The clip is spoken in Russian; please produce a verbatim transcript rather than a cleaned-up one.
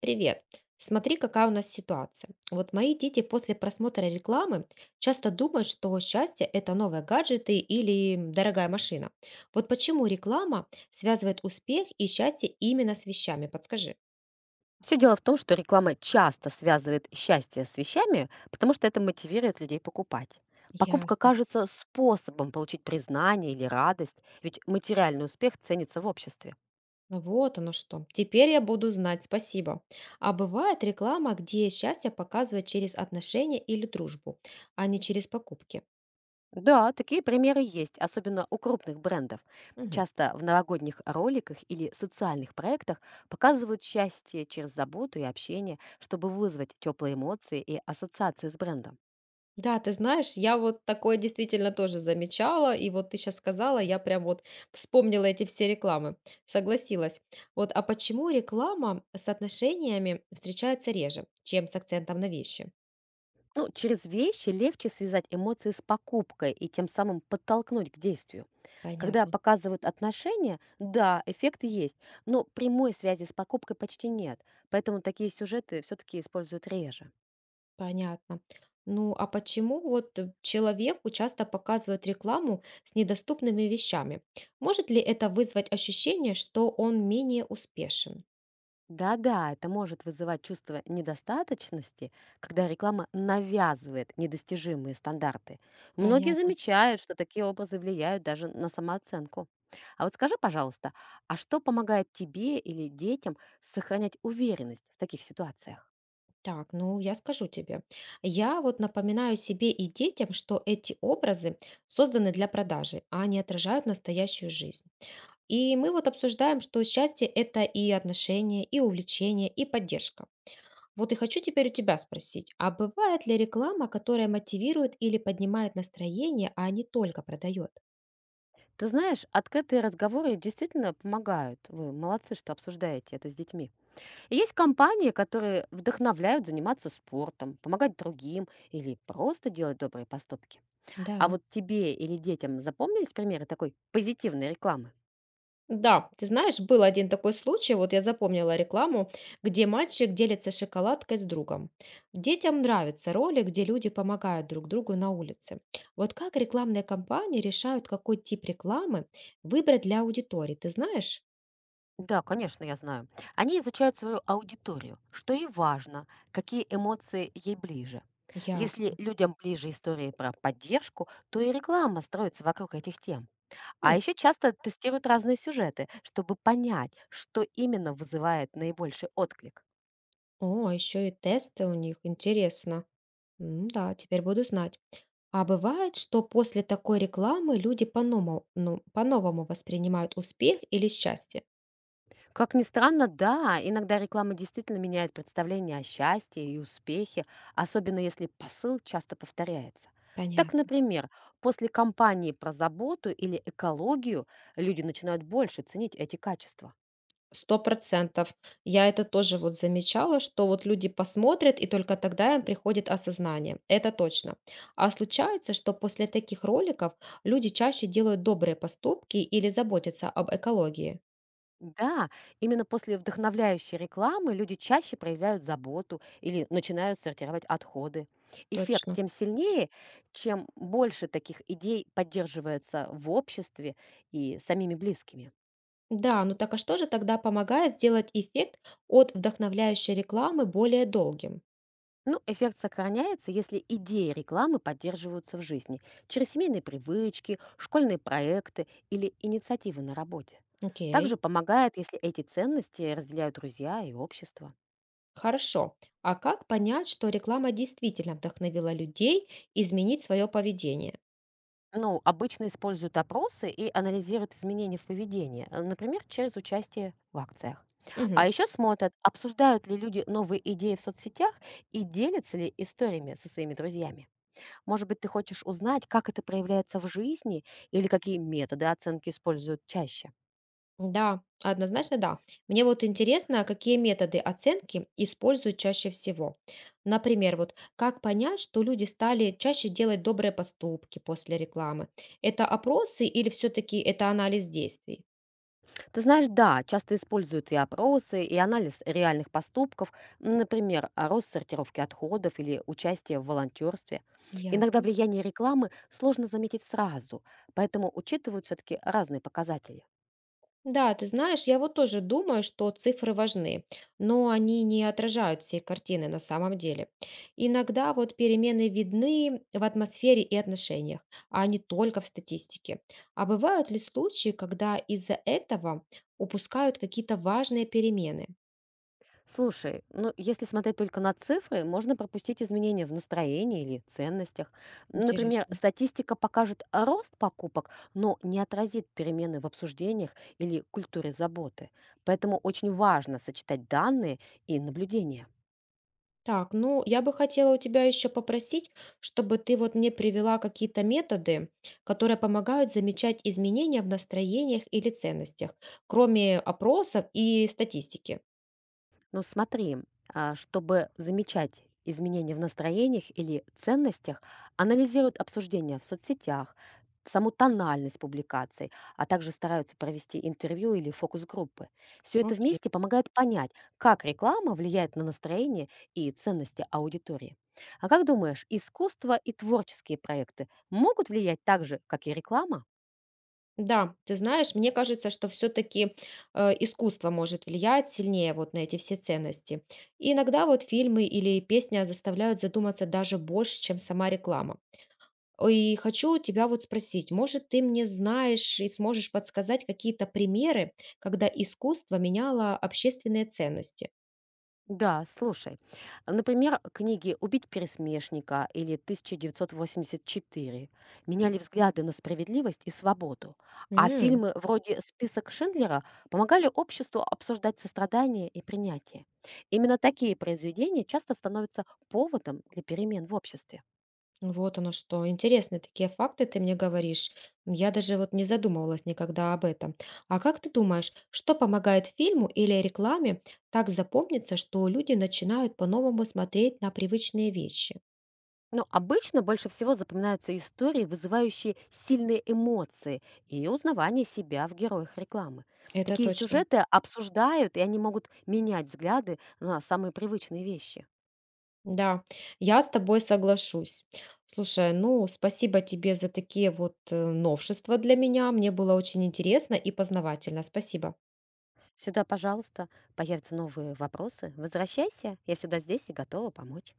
Привет. Смотри, какая у нас ситуация. Вот мои дети после просмотра рекламы часто думают, что счастье – это новые гаджеты или дорогая машина. Вот почему реклама связывает успех и счастье именно с вещами? Подскажи. Все дело в том, что реклама часто связывает счастье с вещами, потому что это мотивирует людей покупать. Покупка Ясно. кажется способом получить признание или радость, ведь материальный успех ценится в обществе. Ну вот оно что. Теперь я буду знать, спасибо. А бывает реклама, где счастье показывают через отношения или дружбу, а не через покупки. Да, такие примеры есть, особенно у крупных брендов. Мгм. Часто в новогодних роликах или социальных проектах показывают счастье через заботу и общение, чтобы вызвать теплые эмоции и ассоциации с брендом. Да, ты знаешь, я вот такое действительно тоже замечала, и вот ты сейчас сказала, я прям вот вспомнила эти все рекламы, согласилась. Вот, а почему реклама с отношениями встречается реже, чем с акцентом на вещи? Ну, через вещи легче связать эмоции с покупкой и тем самым подтолкнуть к действию. Когда Понятно, показывают отношения, да, эффект есть, но прямой связи с покупкой почти нет, поэтому такие сюжеты все-таки используют реже. понятно. Ну, а почему вот э, человеку часто показывают рекламу с недоступными вещами? Может ли это вызвать ощущение, что он менее успешен? Да-да, это может вызывать чувство недостаточности, когда реклама навязывает недостижимые стандарты. Многие Понятно. замечают, что такие образы влияют даже на самооценку. А вот скажи, пожалуйста, а что помогает тебе или детям сохранять уверенность в таких ситуациях? Так, ну я скажу тебе. Я вот напоминаю себе и детям, что эти образы созданы для продажи, а не отражают настоящую жизнь. И мы вот обсуждаем, что счастье – это и отношения, и увлечение, и поддержка. Вот и хочу теперь у тебя спросить, а бывает ли реклама, которая мотивирует или поднимает настроение, а не только продает? Ты знаешь, открытые разговоры действительно помогают. Вы молодцы, что обсуждаете это с детьми. И есть компании, которые вдохновляют заниматься спортом, помогать другим или просто делать добрые поступки. А Да. вот тебе или детям запомнились примеры такой позитивной рекламы? Да, ты знаешь, был один такой случай, вот я запомнила рекламу, где мальчик делится шоколадкой с другом. Детям нравятся роли, где люди помогают друг другу на улице. Вот как рекламные кампании решают, какой тип рекламы выбрать для аудитории, ты знаешь? Да, конечно, я знаю. Они изучают свою аудиторию, что и важно, какие эмоции ей ближе. Если Ясно. людям ближе истории про поддержку, то и реклама строится вокруг этих тем. А М. еще часто тестируют разные сюжеты, чтобы понять, что именно вызывает наибольший отклик. О, а еще и тесты у них, интересно. М. Да, теперь буду знать. А бывает, что после такой рекламы люди по-новому, ну, по-новому воспринимают успех или счастье? Как ни странно, да, иногда реклама действительно меняет представление о счастье и успехе, особенно если посыл часто повторяется. Так, Понятно. например, после кампании про заботу или экологию люди начинают больше ценить эти качества. Сто процентов. Я это тоже вот замечала, что вот люди посмотрят, и только тогда им приходит осознание. Это точно. А случается, что после таких роликов люди чаще делают добрые поступки или заботятся об экологии. Да, именно после вдохновляющей рекламы люди чаще проявляют заботу или начинают сортировать отходы. Эффект Точно. тем сильнее, чем больше таких идей поддерживается в обществе и самими близкими. Да, ну так а что же тогда помогает сделать эффект от вдохновляющей рекламы более долгим? Ну, эффект сохраняется, если идеи рекламы поддерживаются в жизни через семейные привычки, школьные проекты или инициативы на работе. Окей. Также помогает, если эти ценности разделяют друзья и общество. Хорошо. А как понять, что реклама действительно вдохновила людей изменить свое поведение? Ну, обычно используют опросы и анализируют изменения в поведении, э, например, через участие в акциях. А Мгм. еще смотрят, обсуждают ли люди новые идеи в соцсетях и делятся ли историями со своими друзьями. Может быть, ты хочешь узнать, как это проявляется в жизни или какие методы оценки используют чаще? Да, однозначно да. Мне вот интересно, какие методы оценки используют чаще всего. Например, вот как понять, что люди стали чаще делать добрые поступки после рекламы? Это опросы или все-таки это анализ действий? Ты знаешь, да, часто используют и опросы, и анализ реальных поступков, м, например, а, рост сортировки отходов или участие в волонтерстве. Иногда Ясно. влияние рекламы сложно заметить сразу, поэтому учитывают все-таки разные показатели. Да, ты знаешь, я вот тоже думаю, что цифры важны, но они не отражают всей картины на самом деле. Иногда вот перемены видны в атмосфере и отношениях, а не только в статистике. А бывают ли случаи, когда из-за этого упускают какие-то важные перемены? Слушай, ну если смотреть только на цифры, можно пропустить изменения в настроении или ценностях. Например, Интересно. статистика покажет рост покупок, но не отразит перемены в обсуждениях или культуре заботы. Поэтому очень важно сочетать данные и наблюдения. Так, ну, я бы хотела у тебя еще попросить, чтобы ты вот мне привела какие-то методы, которые помогают замечать изменения в настроениях или ценностях, кроме опросов и статистики. Ну смотри, а, чтобы замечать изменения в настроениях или ценностях, анализируют обсуждения в соцсетях, саму тональность публикаций, а также стараются провести интервью или фокус-группы. Все это Окей. вместе помогает понять, как реклама влияет на настроение и ценности аудитории. А как думаешь, искусство и творческие проекты могут влиять так же, как и реклама? Да, ты знаешь, мне кажется, что все-таки искусство может влиять сильнее вот на эти все ценности. И иногда вот фильмы или песня заставляют задуматься даже больше, чем сама реклама. И хочу тебя вот спросить, может, ты мне знаешь и сможешь подсказать какие-то примеры, когда искусство меняло общественные ценности? Да, слушай, а, например, книги «Убить пересмешника» или «тысяча девятьсот восемьдесят четыре» меняли взгляды на справедливость и свободу, а М. фильмы вроде «Список Шиндлера» помогали обществу обсуждать сострадание и принятие. Именно такие произведения часто становятся поводом для перемен в обществе. Вот оно что. Интересные такие факты ты мне говоришь. Я даже вот не задумывалась никогда об этом. А как ты думаешь, что помогает фильму или рекламе так запомниться, что люди начинают по-новому смотреть на привычные вещи? Но обычно больше всего запоминаются истории, вызывающие сильные эмоции и узнавание себя в героях рекламы. Это Такие точно. сюжеты обсуждают, и они могут менять взгляды на самые привычные вещи. Да, я с тобой соглашусь. Слушай, ну, спасибо тебе за такие вот э, новшества для меня. Мне было очень интересно и познавательно. Спасибо. Сюда, пожалуйста, появятся новые вопросы. Возвращайся, я всегда здесь и готова помочь.